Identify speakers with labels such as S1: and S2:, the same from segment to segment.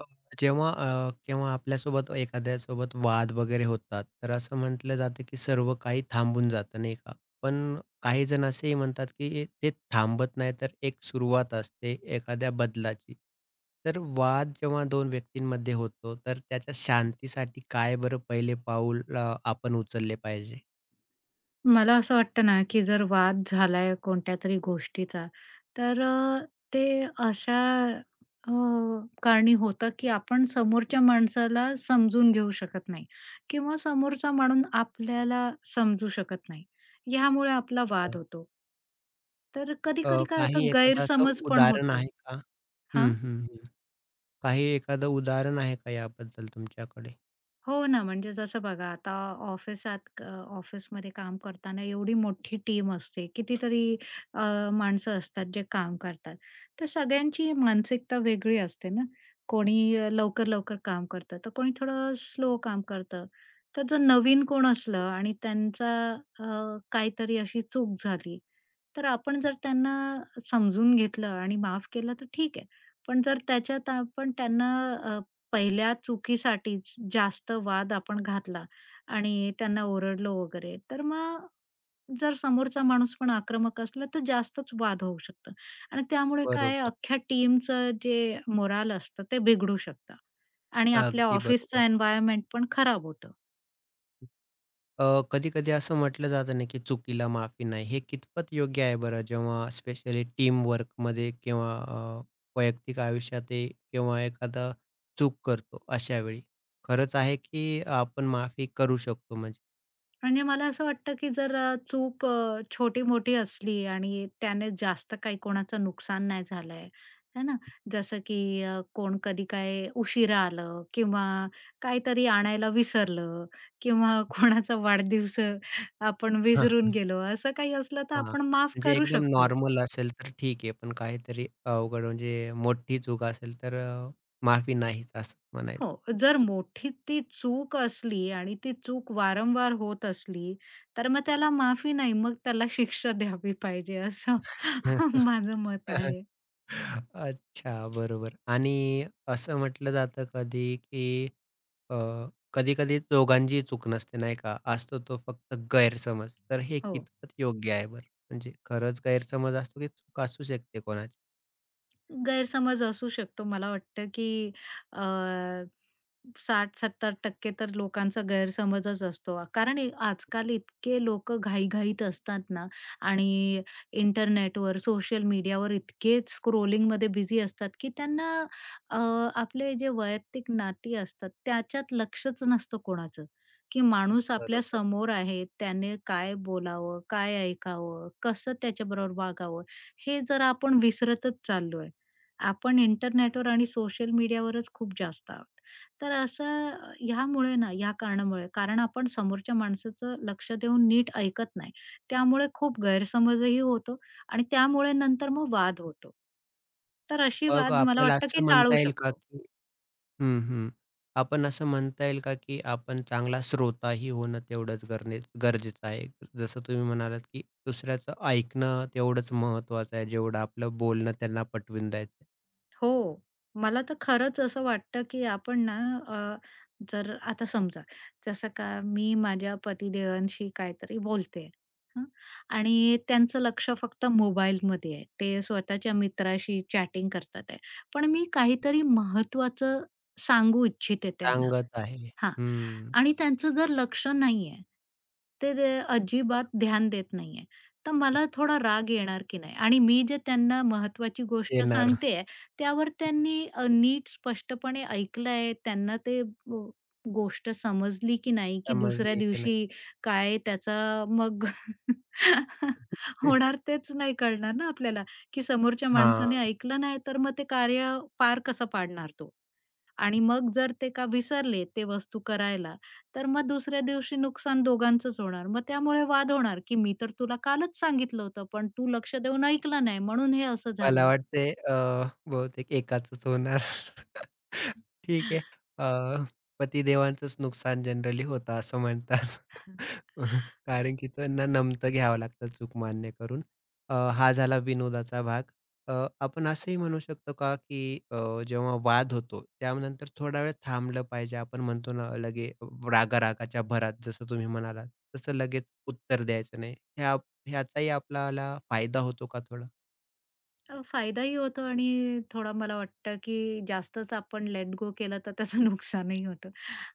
S1: अ, जेव्हा केव्हा आपल्यासोबत एखाद्यासोबत वाद वगैरे होतात, तर असं म्हटलं जातं, की सर्व काही थांबून जातं, नाही का? पण काही जण असेही म्हणतात, की ते थांबत नाही, तर एक सुरुवात असते एखाद्या बदलाची. तर वाद जेव्हा 2 व्यक्तींमध्ये होतो, तर त्याच्या शांतीसाठी काय बरं पहिले पाऊल आपण उचलले पाहिजे?
S2: मला असं वाटतं ना, की जर वाद झालाय कोणत्यातरी गोष्टीचा, तर ते अशा अ, कारणी होतं, की आपण समोरच्या माणसाला समजून घेऊ शकत नाही किंवा समोरचा माणूस आपल्याला समजू शकत नाही. ह्यामुळे आपला वाद
S1: हां.
S2: होतो. तर
S1: अ,
S2: कधी-कधी काय
S1: काही
S2: होतं
S1: एखादं असं
S2: गैरसमज पण
S1: उदाहरण आहे
S2: होतं.
S1: का?
S2: हां?
S1: हं, हं, हं. काही एखादं उदाहरण आहे का याबद्दल तुमच्याकडे?
S2: हो ना, म्हणजे जसं बघा आता ऑफिसात क ऑफिसमध्ये काम करताना एवढी मोठी टीम असते. कितीतरी माणसं असतात जे काम करतात. तर सगळ्यांची मानसिकता वेगळी असते ना. कोणी लवकर-लवकर काम करतं, तर कोणी थोडं स्लो काम करतं. तर जर नवीन कोण असलं आणि त्यांचा अ, काहीतरी अशी चूक झाली, तर आपण जर त्यांना समजून घेतलं आणि माफ केलं तर ठीक आहे. पण जर त्याच्यात आपण त्यांना पहिल्या चुकीसाठीच जास्त वाद आपण घातला आणि त्यांना ओरडलो वगैरे, तर मग जर समोरचा माणूस पण आक्रमक असला, तर जास्तच वाद होऊ शकतं आणि त्यामुळे काय
S1: बरोबर.
S2: अख्ख्या टीमचं जे मोराल असतं ते बिघडू शकतं आणि आपल्या
S1: अगदी
S2: ऑफिसचं
S1: बरोबर.
S2: एन्व्हायर्नमेंट पण खराब होतं.
S1: कधी-कधी असं म्हटलं जातं ना, की चुकीला माफी नाही. हे कितपत योग्य आहे बरं? जेव्हा स्पेशली टीम वर्कमध्ये किंवा वैयक्तिक आयुष्यात ही किंवा एखादा चूक करतो अशा वेळी. खरंच आहे की आपण माफी करू शकतो म्हणजे?
S2: म्हणजे मला असं वाटतं, की जर चूक छोटी-मोठी असली आणि त्याने जास्त काही कोणाचं नुकसान नाही झालंय, है ना? जसं की कोण कधी काय उशिरा आलं किंवा काहीतरी आणायला विसरलं किंवा कोणाचा वाढदिवस आपण विसरून गेलो, असं काही असलं तर
S1: हां,
S2: आपण माफ
S1: म्हणजे
S2: करू
S1: एकदम
S2: शकतो.
S1: नॉर्मल असेल तर ठीक आहे. पण काहीतरी अवघड म्हणजे मोठी चूक असेल तर माफी नाहीच असं
S2: हो,
S1: म्हणायला.
S2: जर मोठी ती चूक असली आणि ती चूक वारंवार होत असली, तर मग त्याला माफी नाही, मग त्याला शिक्षा द्यावी पाहिजे असं
S1: हं.
S2: माझं मत आहे.
S1: अच्छा, बरोबर. आणि असं म्हटलं जातं कधी की अ, कधी-कधी दोघांचीही चूक नसते, नाही का? असतो तो फक्त गैरसमज. तर हे
S2: हो.
S1: कितपत योग्य आहे बरं? म्हणजे खरंच गैरसमज असतो की चूक असू शकते कोणाची.
S2: गैरसमज असू शकतो. मला वाटतं, की अ, 60 टक्के तर लोकांचा गैरसमजच असतो. कारण आजकाल इतके लोकं घाईघाईत असतात ना आणि इंटरनेटवर, सोशल मीडियावर इतके स्क्रोलिंगमध्ये बिझी असतात, की त्यांना अ, आपले जे वैयक्तिक नाती असतात, त्याच्यात लक्षच नसतं कोणाचं, की माणूस आपल्या
S1: बरोबर.
S2: समोर आहे. त्याने काय बोलावं, काय ऐकावं, कसं त्याच्याबरोबर वागावं, हे जर आपण विसरतच चाललोय. आपण इंटरनेटवर आणि सोशल मीडियावरच खूप जास्त आहोत. तर असं ह्यामुळे ना, या कारणामुळे कारण आपण समोरच्या माणसाचं लक्ष देऊन नीट ऐकत नाही. त्यामुळे खूप गैरसमजही होतो आणि त्यामुळे नंतर मग वाद होतो. तर अशी
S1: मग
S2: वाद मला
S1: आपल्याला
S2: वाटतं की
S1: असं म्हणता
S2: टाळू
S1: येईल का
S2: शकतो.
S1: की हं, हं. आपण असं म्हणता येईल का की आपण चांगला श्रोताही होणं तेवढंच गरजेचं आहे. जसं तुम्ही म्हणालात की दुसऱ्याचं ऐकणं तेवढंच महत्त्वाचं आहे, जेवढं आपलं बोलणं त्यांना पटवून द्यायचं
S2: हो. मला तर खरंच असं वाटतं, की आपण ना अ, जर आता समजा जसं का मी माझ्या पतिदेवांशी काहीतरी बोलते. हं. आणि त्यांचं लक्ष फक्त मोबाईलमध्ये आहे. ते स्वतःच्या मित्राशी चॅटिंग करतात आहे. पण मी काहीतरी महत्त्वाचं सांगू इच्छिते त्यांना.
S1: सांगत आहे.
S2: हां.
S1: हं.
S2: आणि त्यांचं जर लक्ष नाहीये, ते
S1: बरोबर.
S2: अजिबात ध्यान देत नाहीये, तर मला थोडा राग येणार की नाही? आणि मी जे त्यांना महत्त्वाची गोष्ट
S1: येणार.
S2: सांगतेय, त्यावर त्यांनी नीट स्पष्टपणे ऐकलंय, त्यांना ते ब गोष्ट समजली की नाही, की दुसऱ्या
S1: समजली की नाही?
S2: दिवशी काय त्याचा मग होणार तेच नाही कळणार ना आपल्याला, की समोरच्या
S1: हां,
S2: माणसाने ऐकलं नाही, तर मग ते कार्य पार कसं पाडणार तो? आणि मग जर ते का विसरले ते वस्तू करायला, तर मग दुसऱ्या दिवशी नुकसान दोघांचंच होणार. मग त्यामुळे वाद होणार, की "मी तर तुला कालच सांगितलं होतं, पण तू लक्ष देऊन ऐकलं नाही म्हणून हे असं
S1: मला
S2: झालं."
S1: वाटतंय बहुतेक एकाचच होणार. ठीक आहे. अ, पतिदेवांचंच नुकसान जनरली होतं असं म्हणतात. कारण की त्यांना नमतं घ्यावं लागतं चूक मान्य करून. हा झाला विनोदाचा भाग. अ, आपण असंही म्हणू शकतो का, की अ, जेव्हा वाद होतो त्यानंतर थोडा वेळ थांबलं पाहिजे. आपण म्हणतो ना रागा-रागाच्या भरात जसं तुम्ही म्हणालात, तसं लगेच उत्तर द्यायचं नाही. ह्याचाही आपल्याला फायदा होतो का थोडा?
S2: फायदाही होतो आणि थोडा मला वाटतं, की जास्तच आपण लेट गो केलं तर त्याचं नुकसानही होतं.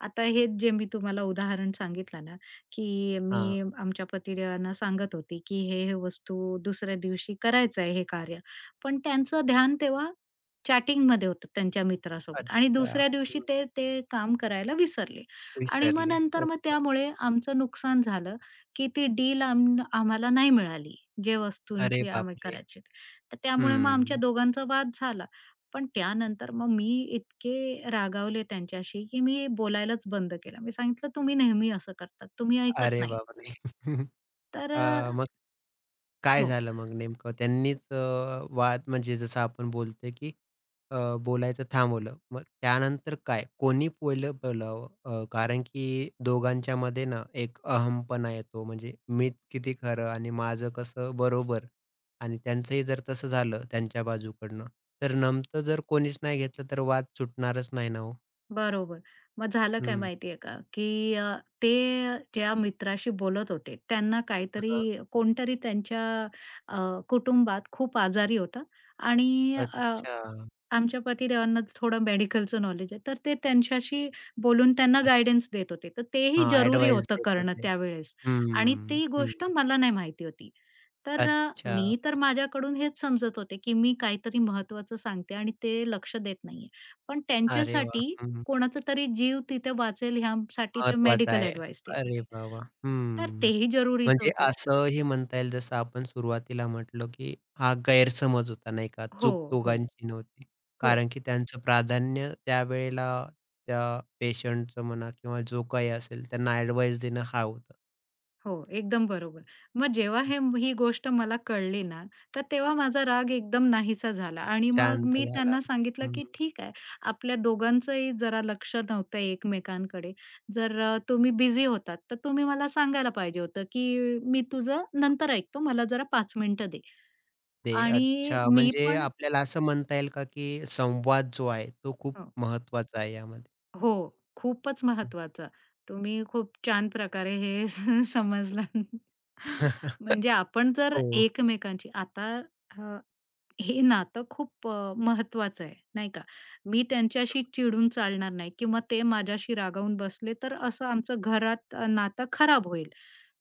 S2: आता हेच जे मी तुम्हाला उदाहरण सांगितलं ना, की
S1: हां,
S2: मी आमच्या पतीदेवांना सांगत होती, की हे-हे वस्तू दुसऱ्या दिवशी करायचं आहे हे कार्य. पण त्यांचं ध्यान तेव्हा चॅटिंगमध्ये होतं त्यांच्या मित्रासोबत आणि
S1: अच्छा.
S2: दुसऱ्या दिवशी
S1: हं,
S2: ते ते काम करायला विसरले आणि मग
S1: विसरले.
S2: नंतर मग त्यामुळे आमचं नुकसान झालं, की ती डील आम्हाला नाही मिळाली, जे
S1: अरे
S2: वस्तूंची आम्ही
S1: बापरे!
S2: करायची. तर त्यामुळे मग
S1: हं.
S2: आमच्या दोघांचा वाद झाला. पण त्यानंतर मग मी इतके रागावले त्यांच्याशी, की मी बोलायलाच बंद केलं. मी सांगितलं, "तुम्ही नेहमी असं करतात. तुम्ही ऐकत
S1: अरे
S2: नाही."
S1: बापरे!
S2: तर
S1: मग काय
S2: हो,
S1: झालं मग नेमकं? त्यांनीच वाद म्हणजे जसं आपण बोलतोय, की अ, बोलायचं थांबवलं. मग त्यानंतर काय? कोणी पहिलं बोलावं? कारण की दोघांच्यामध्ये ना एक अहमपणा येतो. म्हणजे मीच किती खरं आणि माझं कसं बरोबर आणि त्यांचंही जर तसं झालं त्यांच्या बाजूकडनं, तर नमतं जर कोणीच नाही घेतलं, तर वाद सुटणारच नाही ना हो.
S2: बरोबर. मग झालं काय माहितीये का, की ते ज्या मित्राशी बोलत होते, त्यांना काहीतरी
S1: हां,
S2: कोणतरी त्यांच्या अ, कुटुंबात खूप आजारी होता आणि
S1: अच्छा.
S2: आमच्या पतिदेवांनाच थोडं मेडिकलचं नॉलेज आहे, तर ते त्यांच्याशी बोलून त्यांना
S1: म्हणजे
S2: गाईडन्स देत होते. तर तेही
S1: हां,
S2: जरुरी
S1: ॲडवाइस
S2: होतं
S1: देत
S2: करणं
S1: होते.
S2: त्यावेळेस आणि
S1: हं,
S2: ती
S1: हं.
S2: गोष्ट मला नाही माहिती होती. तर
S1: अच्छा.
S2: मी तर माझ्याकडून हेच समजत होते, की मी काहीतरी महत्त्वाचं सांगते आणि ते लक्ष देत नाहीये. पण
S1: अरे वाह!
S2: त्यांच्यासाठी
S1: हं.
S2: कोणाचा तरी जीव तिथे वाचेल ह्यासाठी ते
S1: महत्वाचं
S2: मेडिकल
S1: आहे.
S2: एडवाईस देत
S1: अरे
S2: होते.
S1: वाह, वाह!
S2: तर
S1: हं.
S2: तेही जरुरीचं
S1: म्हणजे
S2: होतं.
S1: असंही म्हणता येईल जसं आपण सुरुवातीला म्हटलो, की हा गैरसमज होता नाही का?
S2: हो,
S1: चूक
S2: हो,
S1: दोघांची नव्हती.
S2: हो.
S1: कारण की त्यांचं प्राधान्य त्यावेळेला त्या पेशंटचं म्हणा किंवा जो काही असेल त्यांना ॲडवाइस देणं हा होतं.
S2: हो, एकदम बरोबर. मग जेव्हा हे ही गोष्ट मला कळली ना, तर तेव्हा माझा राग एकदम नाहीसा झाला आणि मग
S1: शांत
S2: मी
S1: झाला.
S2: त्यांना सांगितलं,
S1: हं.
S2: की "ठीक आहे, आपल्या दोघांचंही जरा लक्ष नव्हतं एकमेकांकडे. जर तुम्ही बिझी होतात, तर तुम्ही मला सांगायला पाहिजे होतं, की मी तुझं नंतर ऐकतो, मला जरा 5 मिनिटं दे." आणि
S1: अच्छा,
S2: मी
S1: म्हणजे
S2: पण
S1: आपल्याला असं म्हणता येईल का, की संवाद जो आहे तो खूप
S2: हो.
S1: महत्त्वाचा आहे यामध्ये?
S2: हो, खूपच महत्वाचं. तुम्ही खूप छान प्रकारे हे समजलं. म्हणजे आपण जर
S1: हो,
S2: एकमेकांची आता अ, हे नातं खूप महत्वाचं आहे, नाही का? मी त्यांच्याशी चिडून चालणार नाही किंवा ते माझ्याशी रागावून बसले, तर असं आमचं घरात नातं खराब होईल.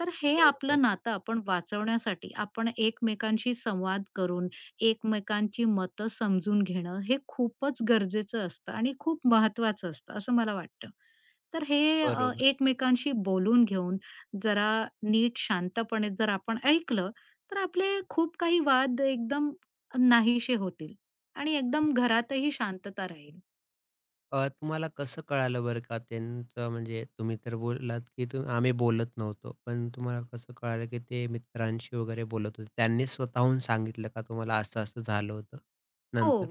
S2: तर हे
S1: बरोबर,
S2: आपलं नातं आपण वाचवण्यासाठी आपण एकमेकांशी संवाद करून, एकमेकांची मतं समजून घेणं हे खूपच गरजेचं असतं आणि खूप महत्वाचं असतं, असं मला वाटतं. तर हे
S1: बरोबर.
S2: एकमेकांशी बोलून घेऊन, जरा नीट शांतपणे जर आपण ऐकलं, तर आपले खूप काही वाद एकदम नाहीसे होतील आणि एकदम घरातही शांतता राहील.
S1: तुम्हाला कसं कळालं बरं का त्यांचं म्हणजे तुम्ही तर बोललात, की आम्ही बोलत नव्हतो. पण तुम्हाला कसं कळालं, की ते मित्रांशी वगैरे बोलत होते? त्यांनी स्वतःहून सांगितलं का तुम्हाला असं-असं झालं होतं
S2: हो.
S1: नंतर?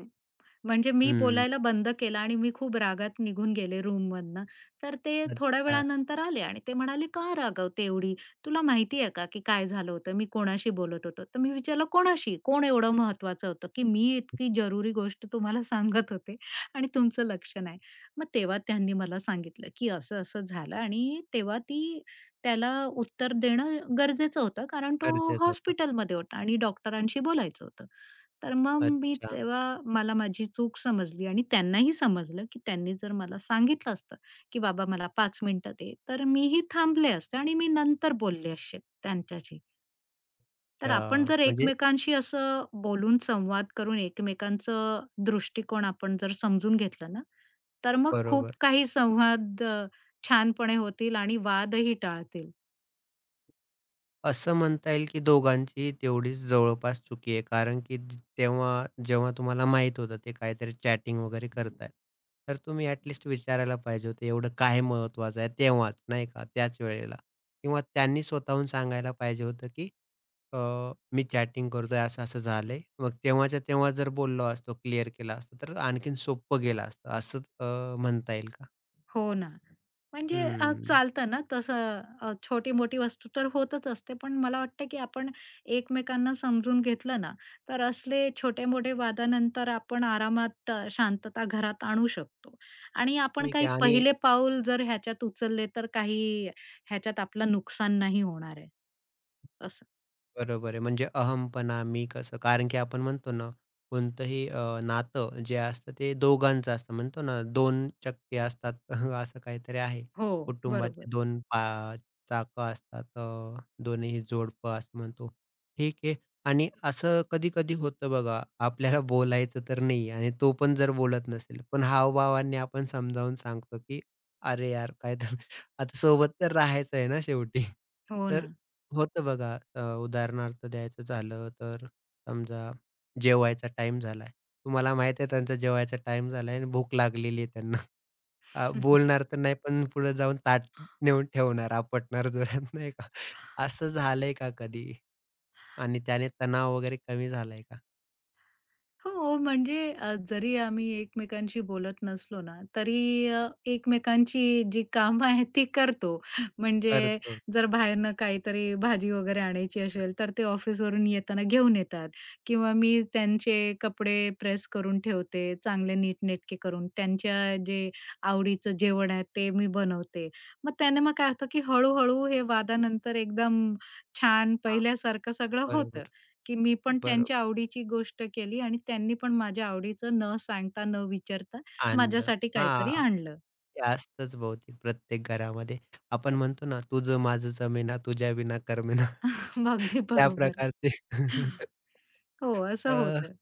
S2: म्हणजे मी
S1: हं,
S2: बोलायला बंद केलं आणि मी खूप रागात निघून गेले रूममधनं. तर ते थोड्या
S1: अच्छा.
S2: वेळानंतर आले आणि ते म्हणाले, "का रागावते एवढी? तुला माहिती आहे का की काय झालं होतं? मी कोणाशी बोलत होतो?" तर मी विचारलं, "कोणाशी? कोण एवढं महत्वाचं होतं की मी इतकी जरुरी गोष्ट तुम्हाला सांगत होते आणि तुमचं लक्ष नाही?" मग तेव्हा त्यांनी मला सांगितलं की असं-असं झालं आणि तेव्हा ती त्याला उत्तर देणं गरजेचं होतं कारण तो
S1: गरजेचं होतं.
S2: हॉस्पिटलमध्ये होता आणि डॉक्टरांशी बोलायचं होतं. तर मग मी
S1: अच्छा,
S2: तेव्हा मला माझी चूक समजली आणि त्यांनाही समजलं, की त्यांनी जर मला सांगितलं असतं, की "बाबा मला 5 मिनिटं दे," तर मीही थांबले असते आणि मी नंतर बोलले असते त्यांच्याशी. तर आपण
S1: अच्छा.
S2: जर
S1: म्हणजे
S2: एकमेकांशी असं बोलून संवाद करून एकमेकांचं दृष्टिकोन आपण जर समजून घेतला ना, तर मग खूप
S1: बरोबर.
S2: काही संवाद छानपणे होतील आणि वादही टाळतील.
S1: असं म्हणता येईल, की दोघांचीही तेवढीच जवळपास चुकी आहे. कारण की तेव्हा जेव्हा तुम्हाला माहीत होतं ते काहीतरी चॅटिंग वगैरे करतायत. तर तुम्ही ॲट लिस्ट विचारायला पाहिजे होतं, एवढं काय महत्त्वाचं आहे तेव्हाच, नाही का? त्याच वेळेला किंवा त्यांनी स्वतःहून सांगायला पाहिजे होतं, की अ, मी चॅटिंग करतोय, असं-असं झालंय. मग तेव्हाच्या तेव्हा जर बोललो असतो, क्लिअर केला असतं, तर आणखीन सोपं गेलं असतं. असंच म्हणता येईल का?
S2: हो ना. म्हणजे
S1: हं.
S2: चालतं ना तसं छोटी-मोठी वस्तू तर होतच असते. पण मला वाटतं, की आपण एकमेकांना समजून घेतलं ना, तर असले छोटे-मोठे वादानंतर आपण आरामात शांतता घरात आणू शकतो. आणि आपण
S1: ठीक
S2: काही
S1: आहे आणि
S2: पहिले पाऊल जर ह्याच्यात उचलले, तर काही ह्याच्यात आपलं नुकसान नाही होणार आहे. असं.
S1: बरोबर आहे. म्हणजे अहमपणा, मी कसं कारण की आपण म्हणतो ना, कोणतंही नातं जे असतं ते दोघांचं असतं. म्हणतो ना, 2 चक्के असतात असं काहीतरी आहे.
S2: हो, बरोबर.
S1: कुटुंबाचे 2 चाकं असतात. दोन्हीही जोडपं असं म्हणतो. ठीक आहे. आणि असं कधी-कधी होतं बघा, आपल्याला बोलायचं तर नाही आणि तो पण जर बोलत नसेल, पण हावभावांनी आपण समजावून सांगतो, की "अरे यार, काय तर आता सोबत तर राहायचं आहे ना शेवटी."
S2: हो
S1: तर
S2: ना.
S1: होतं बघा. उदाहरणार्थ द्यायचं झालं तर समजा जेवायचा टाईम झालाय. तुम्हाला माहिती आहे त्यांचा जेवायचा टाईम झालाय आणि भूक लागलेली आहे त्यांना. बोलणार तर नाही पण पुढे जाऊन ताट नेऊन ठेवणार, आपटणार जोरात नाही का? असं झालंय का कधी? आणि त्याने तणाव वगैरे कमी झालाय का?
S2: हो, म्हणजे जरी आम्ही एकमेकांशी बोलत नसलो ना, तरी एकमेकांची जी कामं आहेत ती करतो. म्हणजे
S1: करतो.
S2: जर बाहेरनं काहीतरी भाजी वगैरे आणायची असेल, तर ते ऑफिसवरून येताना घेऊन येतात किंवा मी त्यांचे कपडे प्रेस करून ठेवते, चांगले नीटनेटके करून. त्यांच्या जे आवडीचं जेवण आहे ते मी बनवते. मग त्याने मग काय होतं, की हळू हे वादानंतर एकदम छान
S1: हां,
S2: पहिल्यासारखं सगळं होतं.
S1: बरोबर,
S2: की मी पण त्यांच्या
S1: बरोबर.
S2: आवडीची गोष्ट केली आणि त्यांनी पण माझ्या आवडीचं न सांगता, न विचारता
S1: आणलं.
S2: माझ्यासाठी काहीतरी
S1: हां.
S2: आणलं.
S1: ते असतंच बहुतेक प्रत्येक घरामध्ये. आपण म्हणतो ना, तुझं माझं जमेना, तुझ्या विना करमेना.
S2: अगदी
S1: त्या
S2: बरोबर.
S1: प्रकारचे
S2: हो, असं
S1: अ,
S2: होतं.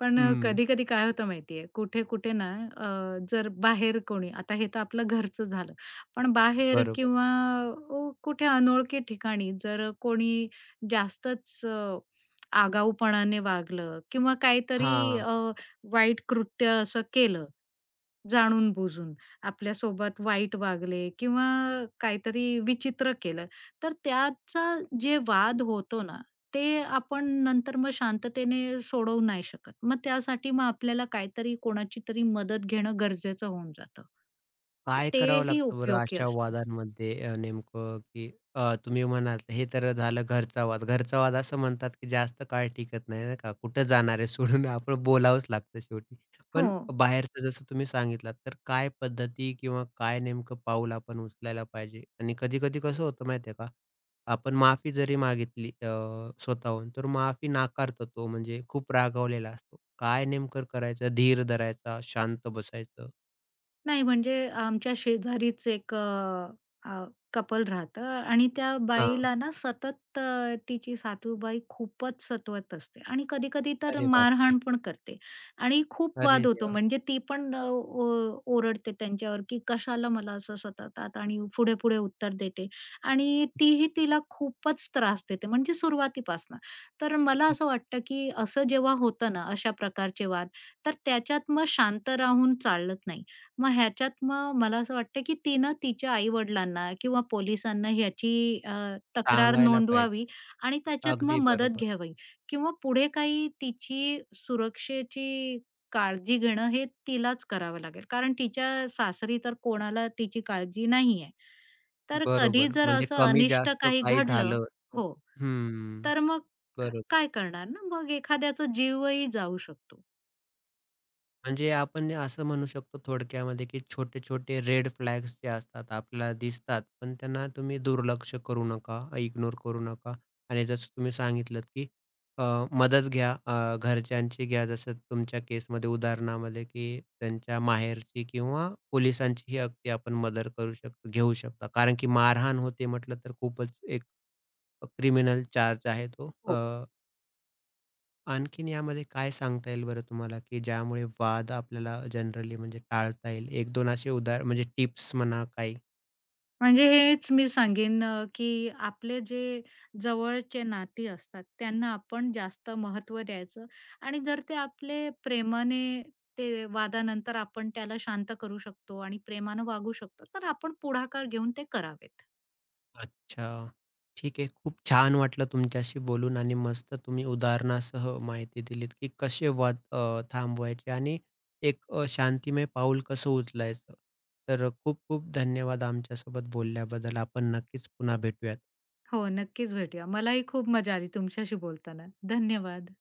S2: पण
S1: हं,
S2: कधी-कधी काय होतं माहितीये, कुठे-कुठे ना अ, जर बाहेर कोणी आता हे तर आपलं घरचं झालं. पण बाहेर
S1: बरोबर.
S2: किंवा कुठे अनोळखी ठिकाणी जर कोणी जास्तच आगाऊपणाने वागलं किंवा काहीतरी
S1: हां.
S2: वाईट कृत्य असं केलं, जाणून-बुजून आपल्यासोबत वाईट वागले किंवा काहीतरी विचित्र केलं, तर त्याचा जे वाद होतो ना, ते आपण नंतर मग शांततेने सोडवू नाही शकत. मग त्यासाठी मग आपल्याला काहीतरी कोणाची तरी मदत घेणं गरजेचं होऊन जातं. तर
S1: काय करावं
S2: तेही
S1: लागतं बरं
S2: उपयोगी
S1: अशा
S2: असतं.
S1: वादांमध्ये नेमकं, की तुम्ही म्हणालात हे तर झालं घरचा वाद. घरचा वाद असं म्हणतात, की जास्त काळ टिकत नाही नाही का. कुठं जाणार आहे सोडून आपण बोलावंच लागतं शेवटी.
S2: हो.
S1: पण बाहेरचं जसं तुम्ही सांगितलात, तर काय पद्धती किंवा काय नेमकं पाऊल आपण उचलायला पाहिजे? आणि कधी-कधी कसं होतं माहिती का, आपण माफी जरी मागितली स्वतःहून, तर माफी नाकारतो तो म्हणजे खूप रागावलेला असतो. काय नेमकं करायचं? धीर धरायचा, शांत बसायचं?
S2: नाही, म्हणजे आमच्या शेजारीच एक कपल राहतं आणि त्या
S1: हां.
S2: बाईला ना सतत तिची सासूबाई खूपच सतवत असते आणि कधी-कधी तर
S1: अरे बापरे!
S2: मारहाण पण करते आणि खूप
S1: अरे
S2: वाद होतो.
S1: देवा!
S2: म्हणजे ती पण ओरडते त्यांच्यावर, की कशाला मला असं सततात आणि पुढे-पुढे उत्तर देते आणि तीही तिला खूपच त्रास देते, म्हणजे सुरुवातीपासनं. तर मला असं वाटतं, की असं जेव्हा होतं ना, अशा प्रकारचे वाद, तर त्याच्यात मग शांत राहून चालत नाही. मग ह्याच्यात मग मला असं वाटतं, की तिनं तिच्या आई-वडिलांना किंवा पोलिसांना ह्याची तक्रार
S1: सांगायला पाहिजे.
S2: नोंदवावी आणि त्याच्यात मग
S1: अगदी
S2: मदत
S1: बरोबर.
S2: घ्यावी किंवा पुढे काही तिची सुरक्षेची काळजी घेणं हे तिलाच करावं लागेल. कारण तिच्या सासरी तर कोणाला तिची काळजी नाहीये. तर कधी
S1: बरोबर.
S2: जर
S1: म्हणजे
S2: असं
S1: कमी
S2: अनिष्ट
S1: जास्त
S2: काही
S1: काही
S2: घडलं
S1: झालं तर
S2: हो,
S1: हं.
S2: तर मग
S1: बरोबर.
S2: काय करणार ना, मग एखाद्याचा जीवही जाऊ शकतो.
S1: म्हणजे आपण असं म्हणू शकतो थोडक्यामध्ये, की छोटे-छोटे रेड फ्लॅग्स जे असतात आपल्याला दिसतात, पण त्यांना तुम्ही दुर्लक्ष करू नका, इग्नोर करू नका. आणि जसं तुम्ही सांगितलंत, की अ, मदत घ्या, घरच्यांची घ्या, जसं तुमच्या केसमध्ये उदाहरणामध्ये, की त्यांच्या माहेरची किंवा पोलिसांचीही अगदी आपण मदत करू शकतो, घेऊ शकता. कारण की मारहाण होते म्हटलं तर खूपच एक क्रिमिनल चार्ज आहे तो. आणखीन यामध्ये काय सांगता येईल बरं तुम्हाला, की ज्यामुळे वाद आपल्याला जनरली म्हणजे टाळता येईल? 1-2 असे उदाहरण म्हणजे टिप्स म्हणा काही?
S2: म्हणजे हेच मी सांगेन की आपले जे जवळचे नाती असतात त्यांना आपण जास्त महत्त्व द्यायचं आणि जर ते आपले प्रेमाने ते वादानंतर आपण त्याला शांत करू शकतो आणि प्रेमानं वागू शकतो, तर आपण पुढाकार घेऊन ते करावेत.
S1: अच्छा. ठीक आहे. खूप छान वाटलं तुमच्याशी बोलून आणि मस्त तुम्ही उदाहरणासह माहिती दिलीत, की कसे वाद थांबवायचे आणि एक शांतिमय पाऊल कसं उचलायचं. तर खूप खूप धन्यवाद आमच्यासोबत बोलल्याबद्दल. आपण नक्कीच पुन्हा भेटूयात.
S2: हो, नक्कीच भेटूया. मलाही खूप मजा आली तुमच्याशी बोलताना. धन्यवाद.